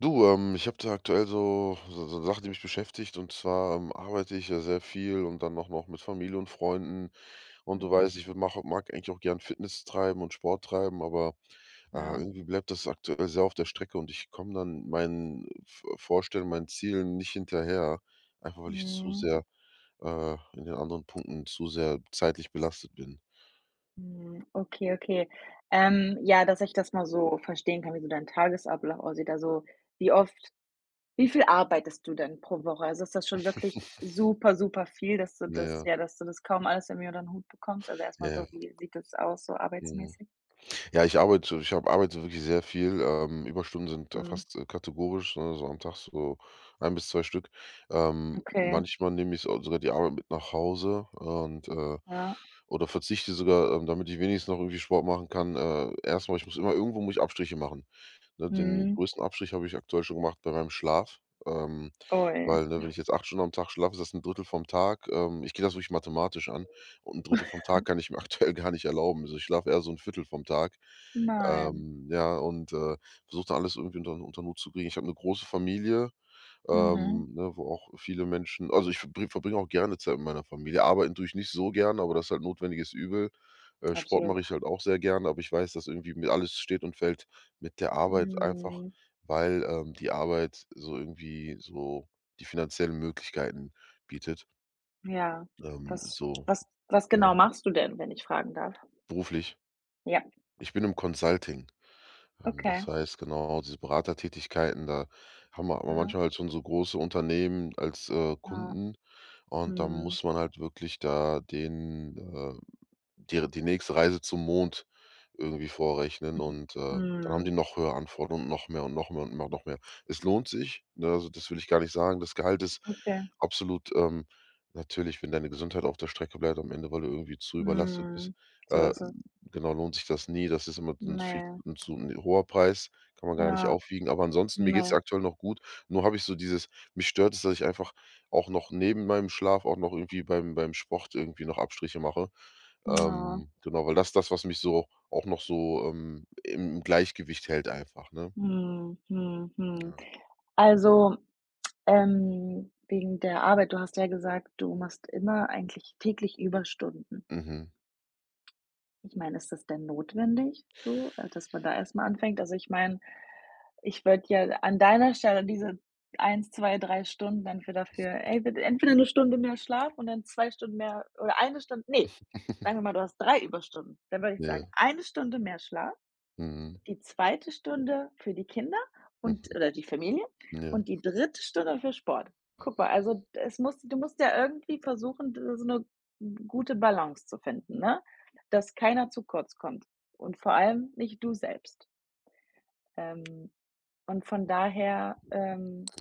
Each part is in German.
Du, ich habe da aktuell so eine Sache, die mich beschäftigt. Und zwar arbeite ich ja sehr viel und dann auch noch mit Familie und Freunden. Und du Mhm, weißt, mag eigentlich auch gern Fitness treiben und Sport treiben, aber ja. irgendwie bleibt das aktuell sehr auf der Strecke und ich komme dann meinen Vorstellungen, meinen Zielen nicht hinterher, einfach weil ich zu Mhm, sehr in den anderen Punkten zu sehr zeitlich belastet bin. mhm. Okay, okay. Ja, dass ich das mal so verstehen kann, wie so dein Tagesablauf aussieht. Also, wie oft wie viel arbeitest du denn pro Woche? Also, ist das schon wirklich super, super viel, Naja, dass du das kaum alles irgendwie unter 'n Hut bekommst? Also, ja. erstmal Ja. so, wie sieht das aus, so Mhm. arbeitsmäßig? Ja, ich arbeite ich habe arbeite wirklich sehr viel. Überstunden sind da Mhm, fast, kategorisch, ne, so am Tag so ein bis 2 Stück. Okay, Manchmal nehme ich so sogar die Arbeit mit nach Hause und ja. oder verzichte sogar, damit ich wenigstens noch irgendwie Sport machen kann. Erst Ich muss immer irgendwo muss ich Abstriche machen. Ne, den Mhm. größten Abstrich habe ich aktuell schon gemacht bei meinem Schlaf, ähm, Ui, weil, ne, wenn ich jetzt 8 Stunden am Tag schlafe, ist das ein Drittel vom Tag. Ich gehe das wirklich mathematisch an und 1/3 vom Tag kann ich mir aktuell gar nicht erlauben. Also, ich schlafe eher so ein Viertel vom Tag. nein. Ja, versuche da alles irgendwie unter 'n zu kriegen. Ich habe eine große Familie, Mhm, ne, wo auch viele Menschen also, ich verbringe auch gerne Zeit mit meiner Familie. Arbeiten tue ich nicht so gern, aber das ist halt notwendiges Übel. Sport absolut. mache ich halt auch sehr gern, aber ich weiß, dass irgendwie mir alles steht und fällt mit der Arbeit einfach, Mhm, weil, die Arbeit so irgendwie so die finanziellen Möglichkeiten bietet, ja. ähm, Was so, was genau ja, machst du denn, wenn ich fragen darf? beruflich. Ja, Ich bin im Consulting. Okay. Das heißt, genau, diese Beratertätigkeiten, da haben wir aber Ja, manchmal halt schon so große Unternehmen als, ja, Kunden und da mhm. muss man halt wirklich da den die nächste Reise zum Mond irgendwie vorrechnen Mhm. Dann haben Mhm. die noch höhere Anforderungen und noch mehr und noch mehr und noch mehr. Es lohnt sich, ne? Also, das will ich gar nicht sagen. Das Gehalt ist Okay, absolut, natürlich, wenn deine Gesundheit auf der Strecke bleibt am Ende, weil du irgendwie zu überlastet bist, mhm. So äh, ist es. genau, lohnt sich das nie. Das ist immer ein Ne, viel 'n zu ein hoher Preis, kann man gar nicht ja, aufwiegen. Aber ansonsten, mir geht's ne, aktuell noch gut. Nur habe ich so dieses mich stört es, dass ich einfach auch noch neben meinem Schlaf auch noch irgendwie beim Sport irgendwie noch Abstriche mache. ja, Genau, weil das ist das, was mich so auch noch so, im Gleichgewicht hält einfach, ne? mhm, mhm, mhm. Ja. Also, wegen der Arbeit, du hast ja gesagt, du machst immer eigentlich täglich Überstunden. Mhm. Ich meine, ist das denn notwendig so, dass man da erst mal anfängt? Also, ich meine, ich würde ja an deiner Stelle diese 1, 2, 3 Stunden dann für dafür ey, bitte entweder eine Stunde mehr Schlaf und dann 2 Stunden mehr oder eine Stunde nee, sagen wir mal, du hast 3 Überstunden. Dann würde ich sagen, Ja. eine Stunde mehr Schlaf, Mhm. die zweite Stunde für die Kinder und Mhm. oder die Familie Ja. und die dritte Stunde für Sport. Guck mal, also, es muss du musst ja irgendwie versuchen, so eine gute Balance zu finden, ne? Dass keiner zu kurz kommt und vor allem nicht du selbst. Ähm und von daher,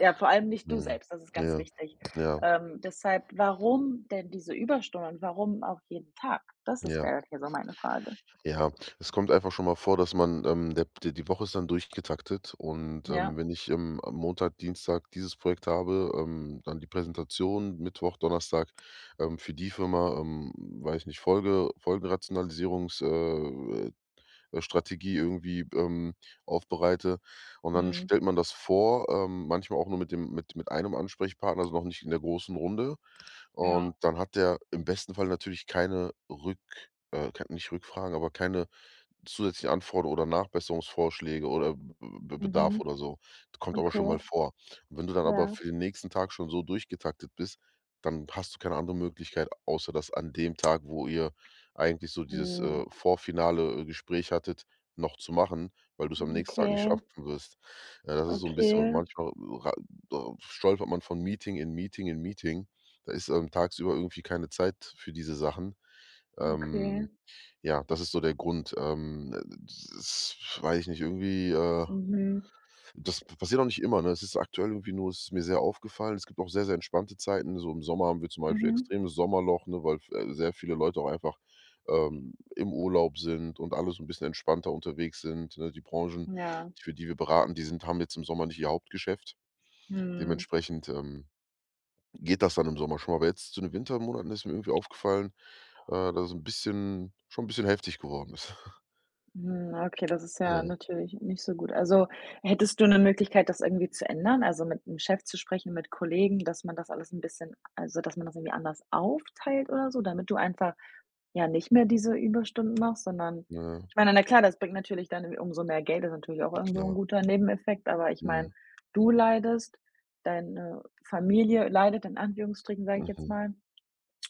ja, vor allem nicht du Mhm. selbst, das ist ganz Ja, wichtig. ja, Deshalb, warum denn diese Überstunden und warum auch jeden Tag? Das ist ja, wäre hier so meine Frage. ja. Es kommt einfach schon mal vor, dass man, der d die Woche ist dann durchgetaktet und, Ja. Wenn ich, am Montag, Dienstag dieses Projekt habe, dann die Präsentation, Mittwoch, Donnerstag, für die Firma, weiß nicht, Folgenrationalisierungs Strategie irgendwie, aufbereite. Und dann Mhm. stellt man das vor, manchmal auch nur mit dem mit einem Ansprechpartner, also noch nicht in der großen Runde. Ja. Und dann hat der im besten Fall natürlich keine Rückfragen, aber keine zusätzliche Anforderungen oder Nachbesserungsvorschläge oder Be Bedarf Mhm. oder so. Kommt aber schon mal Okay, vor. Und wenn du dann aber ja. für den nächsten Tag schon so durchgetaktet bist, dann hast du keine andere Möglichkeit, außer dass an dem Tag, wo ihr eigentlich so dieses, Mhm. vorfinale, Gespräch hattet, noch zu machen, weil du es am nächsten Tag nicht Okay, schaffen wirst. Ja, das ist so ein bisschen und okay, manchmal ra stolpert man von Meeting in Meeting in Meeting. Da ist, tagsüber irgendwie keine Zeit für diese Sachen. okay. Ähm ja, das ist so der Grund. Das weiß ich nicht, irgendwie, Mhm. das passiert auch nicht immer, ne? Es ist aktuell irgendwie nur es ist mir sehr aufgefallen. Es gibt auch sehr, sehr entspannte Zeiten. So im Sommer haben wir zum Beispiel Mhm. extremes Sommerloch, ne, weil, sehr viele Leute auch einfach, im Urlaub sind und alle so ein bisschen entspannter unterwegs sind, ne? Die Branchen, Ja. für die wir beraten, die sind haben jetzt im Sommer nicht ihr Hauptgeschäft. Mhm. Dementsprechend, geht das dann im Sommer schon mal. Aber jetzt zu den Wintermonaten ist mir irgendwie aufgefallen, dass es ein bisschen schon ein bisschen heftig geworden ist. Hm, okay, das ist ja natürlich nicht so gut. Also, hättest du eine Möglichkeit, das irgendwie zu ändern? Also, mit 'nem Chef zu sprechen, mit Kollegen, dass man das alles ein bisschen also, dass man das irgendwie anders aufteilt oder so, damit du einfach, ja, nicht mehr diese Überstunden machst, sondern Ja, ja. ich meine, na klar, das bringt natürlich dann irgendwie umso mehr Geld, ist natürlich auch irgendwo ein Klar. guter Nebeneffekt, aber ich Mhm. meine, du leidest, deine Familie leidet in Anführungsstrichen, sage ich jetzt Mhm. mal.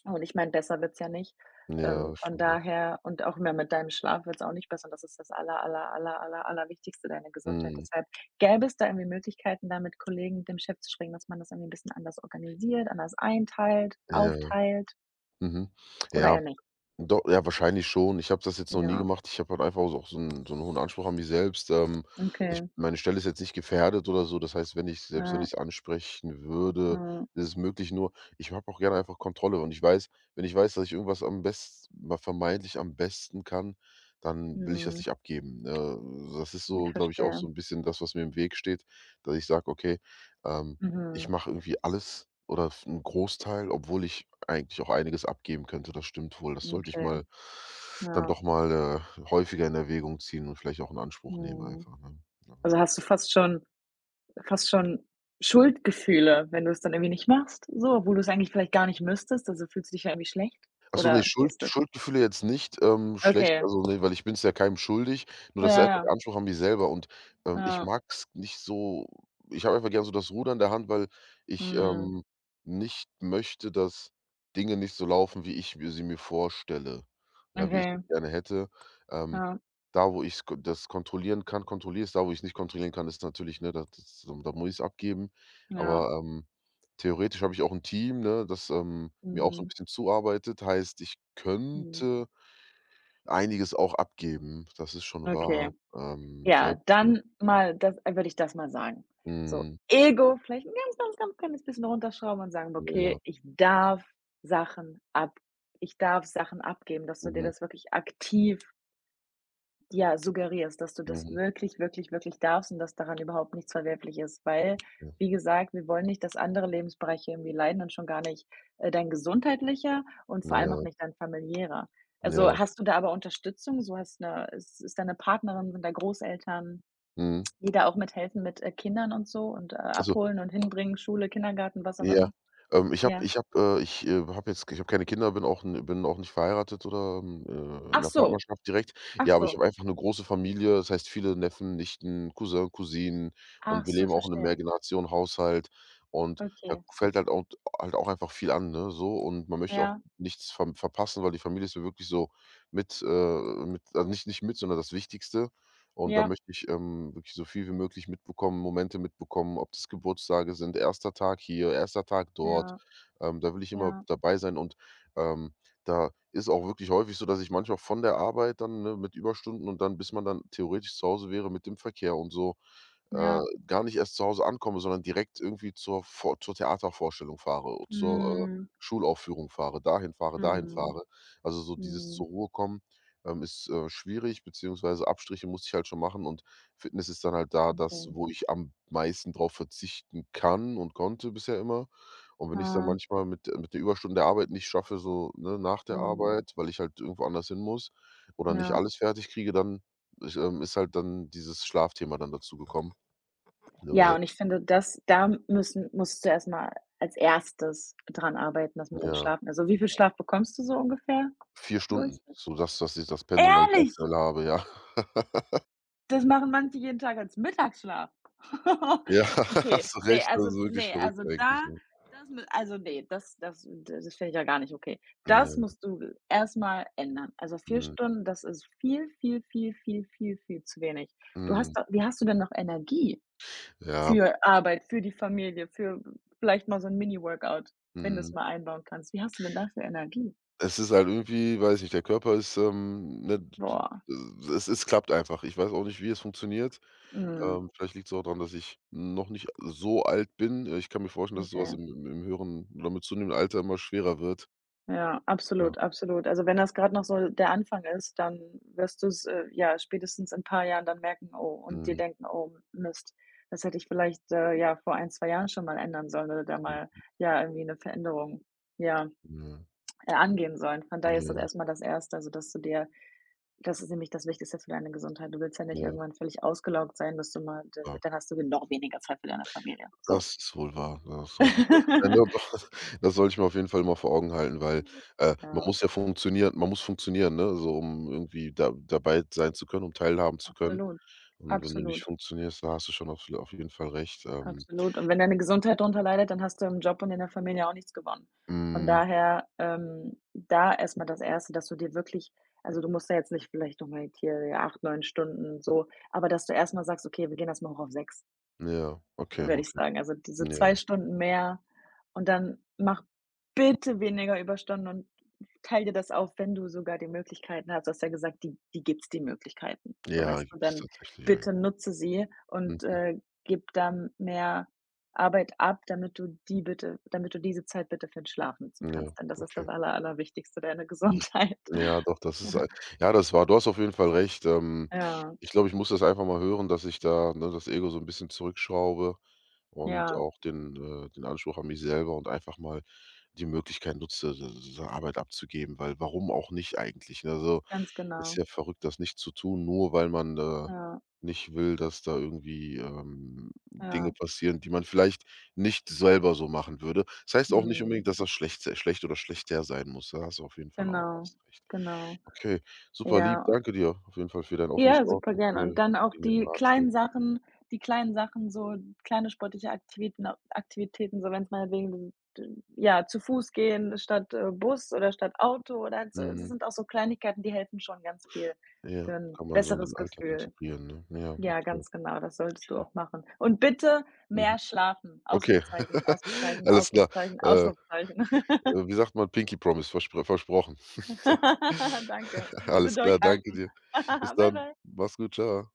Und ich meine, besser wird's ja nicht. Ja, Ähm, ist von schon so. daher und auch mehr mit deinem Schlaf wird's auch nicht besser und das ist das aller, aller, aller, aller, Allerwichtigste, deine Gesundheit. Mhm. Deshalb gäbe es da irgendwie Möglichkeiten, da mit Kollegen, mit dem Chef zu sprechen, dass man das irgendwie ein bisschen anders organisiert, anders einteilt, Ja, ja. aufteilt Mhm. oder Ja, eher nicht? Ja, wahrscheinlich schon. Ich habe das jetzt noch nie Ja, gemacht. Ich habe halt einfach so auch so einen so 'n hohen Anspruch an mich selbst. Ich okay. meine Stelle ist jetzt nicht gefährdet oder so. Das heißt, wenn Ja, ich es ansprechen würde, ja, ist es möglich, nur ich habe auch gerne einfach Kontrolle und ich weiß wenn ich weiß, dass ich irgendwas am besten mal vermeintlich am besten kann, dann will ich das mhm. nicht abgeben. Das ist Ich so, glaube ich, auch so verstehe. ein bisschen das, was mir im Weg steht, dass ich sage: „Okay, ähm, ich Mhm. mache irgendwie alles oder einen Großteil, obwohl ich eigentlich auch einiges abgeben könnte. Das stimmt wohl. Das sollte ich Okay. mal Dann Ja, doch mal, häufiger in Erwägung ziehen und vielleicht auch in Anspruch nehmen mhm. einfach, ne? Ja. Also, hast du fast schon Schuldgefühle, wenn du es dann irgendwie nicht machst, so, obwohl du es eigentlich vielleicht gar nicht müsstest, also fühlst du dich ja irgendwie schlecht? Ach so, ne, Oder wie ist das? Schuldgefühle jetzt nicht, schlecht, Okay, also, ne, weil ich bin's ja keinem schuldig, nur ja, das ist einfach der ja, Anspruch an mich selber und, ich ja, mag's nicht so ich habe einfach gern so das Ruder in der Hand, weil ich, mhm, nicht möchte, dass Dinge nicht so laufen, wie ich mir vorstelle, ja, wie ich okay, das gerne hätte. Ähm, ja, da, wo ich's ko das kontrollieren kann, kontrolliere ich's, da, wo ich's nicht kontrollieren kann, ist natürlich, ne, da muss ich's abgeben, ja, aber, theoretisch habe ich auch 'n Team, ne, das, mir auch so 'n mhm, bisschen zuarbeitet. Heißt, ich mhm, könnte einiges auch abgeben. Das ist schon okay. wahr. Ja, Sollte man dann schaffen. mal das würde ich das mal sagen. So, Mhm. Ego vielleicht ein ganz, ganz, ganz kleines bisschen runterschrauben und sagen: Ja. Ja. „Okay, ich darf Sachen ab ich darf Sachen abgeben“, dass du dir Mhm. das wirklich aktiv, ja, suggerierst, dass du das Mhm. wirklich, wirklich, wirklich darfst und dass daran überhaupt nichts verwerflich ist, weil, Ja. wie gesagt, wir wollen nicht, dass andere Lebensbereiche irgendwie leiden und schon gar nicht, dein gesundheitlicher und vor allem auch Ja. nicht dein familiärer. Also, Ja. hast du da aber Unterstützung? So ist deine Partnerin, sind da Großeltern, Mhm. die da auch mithelfen mit Kindern und so und Also abholen und hinbringen, Schule, Kindergarten, was auch ja. immer? Ich habe Ja. ich habe ich, habe jetzt ich habe keine Kinder, bin auch nicht verheiratet oder, in Ach 'ner so, Partnerschaft direkt. ach Ja, aber ich so. habe einfach 'ne große Familie, das heißt viele Neffen, Nichten, Cousin, Cousinen und Ach wir so, leben ich auch in 'nem verstehe. Mehrgenerationenhaushalt und da Okay. fällt halt auch einfach viel an, ne, so und man möchte auch Ja, nichts verpassen, weil die Familie ist mir wirklich so mit also nicht nicht mit, sondern das Wichtigste. Und da ja, möchte ich, wirklich so viel wie möglich mitbekommen, Momente mitbekommen, ob das Geburtstage sind, erster Tag hier, erster Tag dort. ja, Da will ich immer ja, dabei sein und, ähm, da ist auch wirklich häufig so, dass ich manchmal von der Arbeit dann, ne, mit Überstunden und dann bis man dann theoretisch zu Hause wäre mit dem Verkehr und so äh, ja. gar nicht erst zu Hause ankomme, sondern direkt irgendwie zur Vor zur Theatervorstellung fahre, zur, Mhm. Schulaufführung fahre, dahin fahre, dahin Mhm. fahre. Also, so dieses zur Mhm. Ruhe kommen, ist, schwierig, beziehungsweise Abstriche muss ich halt schon machen und Fitness ist dann halt da das, Okay. wo ich am meisten drauf verzichten kann und konnte bisher immer. Und wenn ich's dann Ja. manchmal mit der Überstunde der Arbeit nicht schaffe, so, ne, nach der Mhm. Arbeit, weil ich halt irgendwo anders hin muss oder nicht Ja. alles fertig kriege, dann ich ist halt dann dieses Schlafthema dann dazu gekommen. Ja, Ja, weil und ich finde, das da müssen musst du erstmal als Erstes dran arbeiten, das mit dem ja, Schlafen. Also, wie viel Schlaf bekommst du so ungefähr 4 Stunden. durch? So das ist das Pensum, das ich Ehrlich? aktuell habe, ja. Das machen manche jeden Tag als Mittagsschlaf. Ja, Okay, hast du recht, das ist wirklich ne, verrückt also eigentlich, da ne? das mit also ne, das finde ich ja gar nicht okay. Das Ja, musst du erstmal ändern. Also vier mhm, Stunden, das ist viel, viel, viel, viel, viel, viel zu wenig. Du hast mhm, doch wie hast du denn noch Energie ja, für Arbeit, für die Familie, für vielleicht mal so ein Mini-Workout, wenn du mhm. es mal einbauen kannst? Wie hast du denn dafür Energie? Es ist halt irgendwie weiß nicht, der Körper ist, ne, d Boah, d es es klappt einfach. Ich weiß auch nicht, wie es funktioniert. mhm, Vielleicht liegt es auch daran, dass ich noch nicht so alt bin. Ich kann mir vorstellen, dass sowas okay. im höheren oder mit zunehmendem Alter immer schwerer wird. Ja, Ja. absolut, absolut. Also, wenn das gerade noch so der Anfang ist, dann wirst du's, ja, spätestens in ein paar Jahren dann merken, oh und dir Mhm, denken: „Oh Mist, das hätte ich vielleicht, ja, vor 1, 2 Jahren schon mal ändern sollen oder da mal, ja, irgendwie eine Veränderung, ja, mhm, angehen sollen.“ Von daher ja, ist das ja, erstmal das Erste, also, dass du dir das ist nämlich das Wichtigste für deine Gesundheit. Du willst ja nicht ja. irgendwann völlig ausgelaugt sein, dass du mal Ja. dann hast du noch weniger Zeit für deine Familie, so. Das ist wohl wahr. Ja, das sollte ich sollte ja, ne, doch, das sollte ich mir auf jeden Fall immer vor Augen halten, weil, Ja, man muss funktionieren, ne, so um irgendwie da dabei sein zu können, um teilhaben zu können. absolut, Und wenn du nicht absolut. funktionierst, da hast du schon auf jeden Fall recht. Absolut. Und wenn deine Gesundheit drunter leidet, dann hast du im Job und in der Familie auch nichts gewonnen. Von hm, daher, da erst mal das Erste, dass du dir wirklich, also, du musst ja jetzt nicht vielleicht noch mal hier ja, 8, 9 Stunden so, aber dass du erst mal sagst: „Okay, wir gehen das mal hoch auf sechs“, ja, okay, würde ich okay. sagen. Also, diese Ja, 2 Stunden mehr und dann mach bitte weniger Überstunden und teile dir das auf, wenn du sogar die Möglichkeiten hast. Du hast ja gesagt, die gibt's die Möglichkeiten. So, ja, weißt du, gibt es dann tatsächlich ein. bitte nutze sie und, Mhm, gib dann mehr Arbeit ab, damit du diese Zeit bitte für den Schlaf nutzen ja, kannst, denn das ist okay. das Allerwichtigste, deine Mhm. Gesundheit. Ja, doch, das ist ei Ja, das war du hast auf jeden Fall recht. Ja, Ich glaube, ich muss das einfach mal hören, dass ich da, ne, das Ego so 'n bisschen zurückschraube und ja, auch den den Anspruch an mich selber und einfach mal die Möglichkeit nutze, s s so Arbeit abzugeben, weil warum auch nicht eigentlich, ne? Also, ganz ist genau. ja verrückt, das nicht zu tun, nur weil man da Ja, nicht will, dass da irgendwie, Dinge ja, passieren, die man vielleicht nicht selber so machen würde. Das heißt auch nicht mhm, unbedingt, dass das schlecht oder schlechter sein muss. Da hast du auf jeden Fall auch genau, hast recht. genau. Okay, super lieb, Ja, danke dir auf jeden Fall für dein offenes ja, Ohr super und gerne. für Und dann für auch die netten die Ratschläge. kleinen Sachen die kleinen Sachen, so kleine sportliche Aktivitäten, so wenn's meinetwegen, d ja, zu Fuß gehen statt Bus oder statt Auto oder halt so, es Mhm. sind auch so Kleinigkeiten, die helfen schon ganz viel Ja, für ein kann man so in den besseres Alltag Gefühl. integrieren, ne? Ja, Ja, okay. ganz genau, das solltest du auch machen. Und bitte Mhm. mehr schlafen. Okay, Ausrufezeichen, Ausrufezeichen, alles klar. Ausrufezeichen, Äh Ausrufezeichen. Wie sagt man? Pinky Promise, versprochen. Danke. Bitte Alles klar, danke durchhalten. dir. Bis Bye dann. bye. Mach's gut, ciao.